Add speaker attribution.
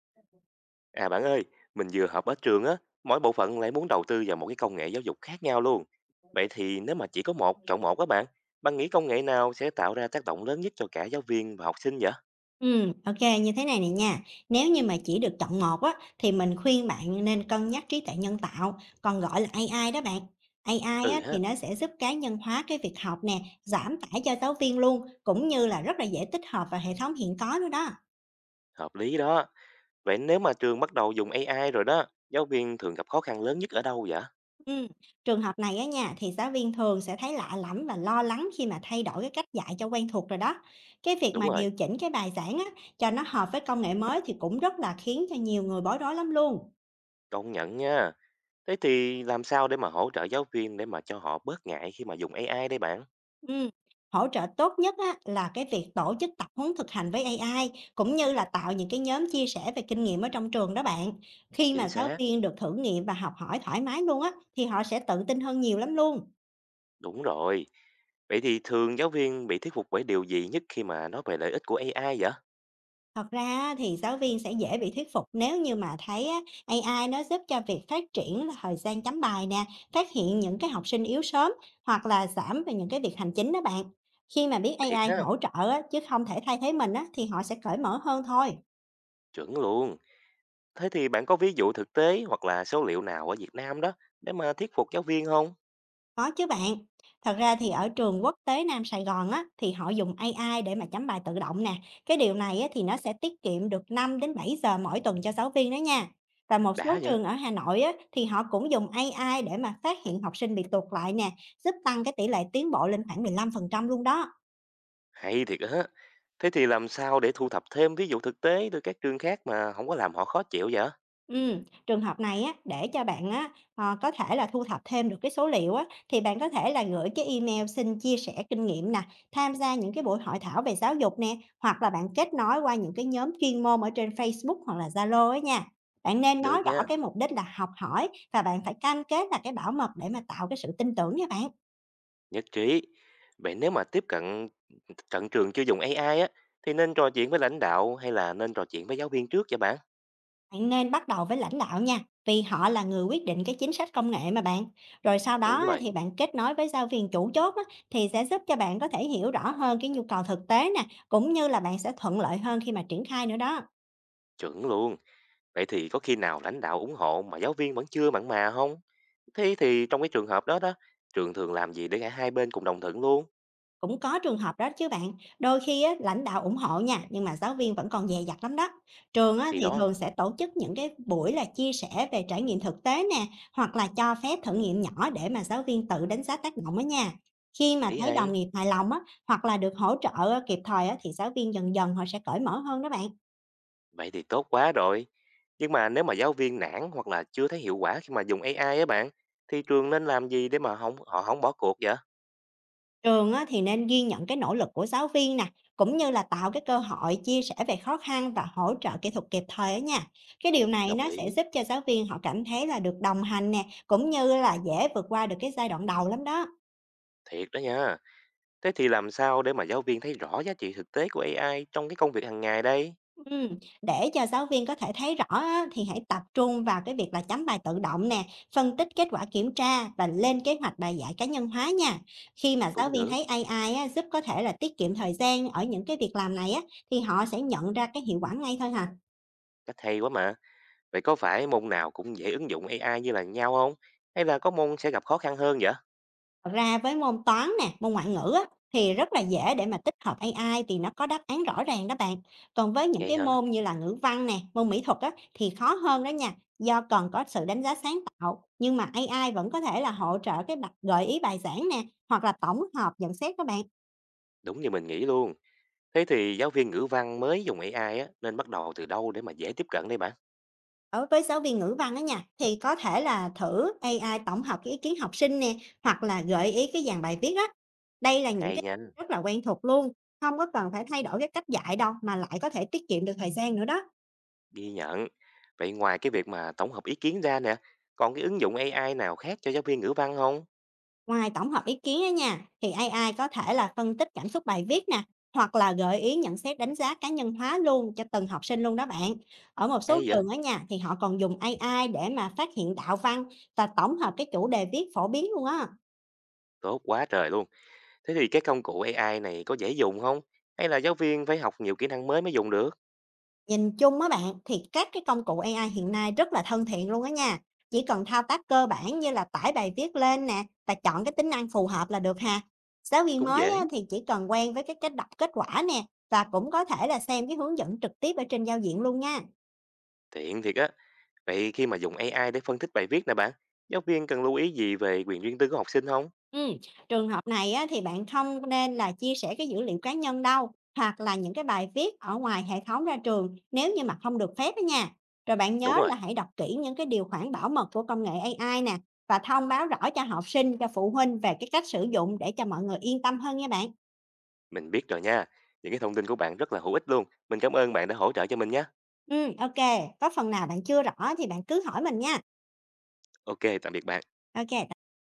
Speaker 1: À bạn ơi, mình vừa họp ở trường á, mỗi bộ phận lại muốn đầu tư vào một cái công nghệ giáo dục khác nhau luôn. Vậy thì nếu mà chỉ có một, chọn một các bạn, bạn nghĩ công nghệ nào sẽ tạo ra tác động lớn nhất cho cả giáo viên và học sinh vậy?
Speaker 2: Ừ, ok như thế này này nha, nếu như mà chỉ được chọn một á, thì mình khuyên bạn nên cân nhắc trí tuệ nhân tạo, còn gọi là AI đó bạn. AI á,
Speaker 1: Ừ
Speaker 2: thì
Speaker 1: ha,
Speaker 2: nó sẽ giúp cá nhân hóa cái việc học nè, giảm tải cho giáo viên luôn, cũng như là rất là dễ tích hợp vào hệ thống hiện có nữa đó.
Speaker 1: hợp lý đó. Vậy nếu mà trường bắt đầu dùng AI rồi đó, giáo viên thường gặp khó khăn lớn nhất ở đâu vậy?
Speaker 2: Ừm, trường hợp này á nha, thì giáo viên thường sẽ thấy lạ lẫm và lo lắng khi mà thay đổi cái cách dạy cho quen thuộc rồi đó. Cái việc
Speaker 1: Đúng
Speaker 2: mà
Speaker 1: rồi,
Speaker 2: điều chỉnh cái bài giảng á, cho nó hợp với công nghệ mới thì cũng rất là khiến cho nhiều người bối rối lắm luôn.
Speaker 1: công nhận nha. Thế thì làm sao để mà hỗ trợ giáo viên để mà cho họ bớt ngại khi mà dùng AI đây bạn?
Speaker 2: Ừm, hỗ trợ tốt nhất á, là cái việc tổ chức tập huấn thực hành với AI, cũng như là tạo những cái nhóm chia sẻ về kinh nghiệm ở trong trường đó bạn. Khi
Speaker 1: Chính
Speaker 2: mà giáo
Speaker 1: xác.
Speaker 2: viên được thử nghiệm và học hỏi thoải mái luôn á, thì họ sẽ tự tin hơn nhiều lắm luôn.
Speaker 1: Đúng rồi. Vậy thì thường giáo viên bị thuyết phục bởi điều gì nhất khi mà nói về lợi ích của AI vậy?
Speaker 2: Thật ra á, thì giáo viên sẽ dễ bị thuyết phục nếu như mà thấy á, AI nó giúp cho việc phát triển là thời gian chấm bài nè, phát hiện những cái học sinh yếu sớm hoặc là giảm về những cái việc hành chính đó bạn. Khi mà biết
Speaker 1: Thiệt
Speaker 2: AI
Speaker 1: ha,
Speaker 2: hỗ trợ á, chứ không thể thay thế mình á, thì họ sẽ cởi mở hơn thôi.
Speaker 1: chuẩn luôn. Thế thì bạn có ví dụ thực tế hoặc là số liệu nào ở Việt Nam đó để mà thuyết phục giáo viên không?
Speaker 2: Có chứ bạn. Thật ra thì ở trường quốc tế Nam Sài Gòn á, thì họ dùng AI để mà chấm bài tự động nè. Cái điều này á, thì nó sẽ tiết kiệm được 5 đến 7 giờ mỗi tuần cho giáo viên đó nha. Và một
Speaker 1: Đã
Speaker 2: số
Speaker 1: vậy?
Speaker 2: trường ở Hà Nội á, thì họ cũng dùng AI để mà phát hiện học sinh bị tụt lại nè, giúp tăng cái tỷ lệ tiến bộ lên khoảng 15% luôn đó.
Speaker 1: Hay thiệt á. Thế thì làm sao để thu thập thêm ví dụ thực tế từ các trường khác mà không có làm họ khó chịu vậy?
Speaker 2: Trường hợp này á, để cho bạn á, ờ, có thể là thu thập thêm được cái số liệu á, thì bạn có thể là gửi cái email xin chia sẻ kinh nghiệm nè, tham gia những cái buổi hội thảo về giáo dục nè, hoặc là bạn kết nối qua những cái nhóm chuyên môn ở trên Facebook hoặc là Zalo ấy nha. Bạn nên nói
Speaker 1: Được nha,
Speaker 2: rõ cái mục đích là học hỏi và bạn phải cam kết là cái bảo mật để mà tạo cái sự tin tưởng nha bạn.
Speaker 1: nhất trí. Vậy nếu mà tiếp cận trận trường chưa dùng AI á, thì nên trò chuyện với lãnh đạo hay là nên trò chuyện với giáo viên trước vậy bạn?
Speaker 2: Bạn nên bắt đầu với lãnh đạo nha, vì họ là người quyết định cái chính sách công nghệ mà bạn. Rồi sau đó
Speaker 1: Đúng
Speaker 2: á,
Speaker 1: rồi,
Speaker 2: thì bạn kết nối với giáo viên chủ chốt á, thì sẽ giúp cho bạn có thể hiểu rõ hơn cái nhu cầu thực tế nè, cũng như là bạn sẽ thuận lợi hơn khi mà triển khai nữa đó.
Speaker 1: chuẩn luôn. Vậy thì có khi nào lãnh đạo ủng hộ mà giáo viên vẫn chưa mặn mà không? Thế thì trong cái trường hợp đó đó, trường thường làm gì để cả hai bên cùng đồng thuận luôn?
Speaker 2: Cũng có trường hợp đó chứ bạn, đôi khi á, lãnh đạo ủng hộ nha, nhưng mà giáo viên vẫn còn dè dặt lắm đó. Trường á,
Speaker 1: Thì
Speaker 2: thì
Speaker 1: đó,
Speaker 2: thường sẽ tổ chức những cái buổi là chia sẻ về trải nghiệm thực tế nè, hoặc là cho phép thử nghiệm nhỏ để mà giáo viên tự đánh giá tác động đó nha. Khi mà
Speaker 1: ý
Speaker 2: thấy đồng
Speaker 1: hay.
Speaker 2: nghiệp hài lòng á, hoặc là được hỗ trợ kịp thời á, thì giáo viên dần dần họ sẽ cởi mở hơn đó bạn.
Speaker 1: Vậy thì tốt quá rồi. Nhưng mà nếu mà giáo viên nản hoặc là chưa thấy hiệu quả khi mà dùng AI á bạn, thì trường nên làm gì để mà không họ không bỏ cuộc vậy?
Speaker 2: Trường á, thì nên ghi nhận cái nỗ lực của giáo viên nè, cũng như là tạo cái cơ hội chia sẻ về khó khăn và hỗ trợ kỹ thuật kịp thời á nha. Cái điều này
Speaker 1: Đồng
Speaker 2: nó
Speaker 1: ý,
Speaker 2: sẽ giúp cho giáo viên họ cảm thấy là được đồng hành nè, cũng như là dễ vượt qua được cái giai đoạn đầu lắm đó.
Speaker 1: thiệt đó nha. Thế thì làm sao để mà giáo viên thấy rõ giá trị thực tế của AI trong cái công việc hàng ngày đây?
Speaker 2: Ừ. Để cho giáo viên có thể thấy rõ á, thì hãy tập trung vào cái việc là chấm bài tự động nè, phân tích kết quả kiểm tra và lên kế hoạch bài giải cá nhân hóa nha. Khi mà giáo
Speaker 1: Cũng
Speaker 2: viên
Speaker 1: được,
Speaker 2: thấy AI á, giúp có thể là tiết kiệm thời gian ở những cái việc làm này á, thì họ sẽ nhận ra cái hiệu quả ngay thôi hả?
Speaker 1: cách hay quá mà. Vậy có phải môn nào cũng dễ ứng dụng AI như là nhau không? Hay là có môn sẽ gặp khó khăn hơn vậy?
Speaker 2: Thật ra với môn toán nè, môn ngoại ngữ á, thì rất là dễ để mà tích hợp AI vì nó có đáp án rõ ràng đó bạn. Còn với những
Speaker 1: Vậy
Speaker 2: cái
Speaker 1: hả?
Speaker 2: môn như là ngữ văn nè, môn mỹ thuật á, thì khó hơn đó nha, do cần có sự đánh giá sáng tạo. Nhưng mà AI vẫn có thể là hỗ trợ gợi ý bài giảng nè, hoặc là tổng hợp nhận xét các bạn.
Speaker 1: Đúng như mình nghĩ luôn. Thế thì giáo viên ngữ văn mới dùng AI á, nên bắt đầu từ đâu để mà dễ tiếp cận đây bạn?
Speaker 2: Đối với giáo viên ngữ văn á nha, thì có thể là thử AI tổng hợp cái ý kiến học sinh nè, hoặc là gợi ý cái dàn bài viết á. Đây là những
Speaker 1: Hay
Speaker 2: cái
Speaker 1: nhanh,
Speaker 2: rất là quen thuộc luôn, không có cần phải thay đổi cái cách dạy đâu mà lại có thể tiết kiệm được thời gian nữa đó.
Speaker 1: ghi nhận. Vậy ngoài cái việc mà tổng hợp ý kiến ra nè, còn cái ứng dụng AI nào khác cho giáo viên ngữ văn không?
Speaker 2: Ngoài tổng hợp ý kiến á nha, thì AI có thể là phân tích cảm xúc bài viết nè, hoặc là gợi ý nhận xét đánh giá cá nhân hóa luôn cho từng học sinh luôn đó bạn. Ở một số
Speaker 1: Hay vậy?
Speaker 2: trường ở nhà thì họ còn dùng AI để mà phát hiện đạo văn và tổng hợp cái chủ đề viết phổ biến luôn á.
Speaker 1: Tốt quá trời luôn. Thế thì cái công cụ AI này có dễ dùng không? Hay là giáo viên phải học nhiều kỹ năng mới mới dùng được?
Speaker 2: Nhìn chung á bạn, thì các cái công cụ AI hiện nay rất là thân thiện luôn á nha. Chỉ cần thao tác cơ bản như là tải bài viết lên nè và chọn cái tính năng phù hợp là được hà. Giáo viên
Speaker 1: Cũng
Speaker 2: mới
Speaker 1: dễ,
Speaker 2: á, thì chỉ cần quen với cái cách đọc kết quả nè và cũng có thể là xem cái hướng dẫn trực tiếp ở trên giao diện luôn nha.
Speaker 1: tiện thiệt á. Vậy khi mà dùng AI để phân tích bài viết nè bạn, giáo viên cần lưu ý gì về quyền riêng tư của học sinh không?
Speaker 2: Ừm, trường hợp này á, thì bạn không nên là chia sẻ cái dữ liệu cá nhân đâu, hoặc là những cái bài viết ở ngoài hệ thống ra trường nếu như mà không được phép đó nha. Rồi bạn
Speaker 1: Đúng
Speaker 2: nhớ
Speaker 1: rồi,
Speaker 2: là hãy đọc kỹ những cái điều khoản bảo mật của công nghệ AI nè và thông báo rõ cho học sinh, cho phụ huynh về cái cách sử dụng để cho mọi người yên tâm hơn nha bạn.
Speaker 1: mình biết rồi nha. Những cái thông tin của bạn rất là hữu ích luôn. Mình cảm ơn bạn đã hỗ trợ cho mình nhé.
Speaker 2: Ok, có phần nào bạn chưa rõ thì bạn cứ hỏi mình nha.
Speaker 1: Ok, tạm biệt bạn.
Speaker 2: Ok.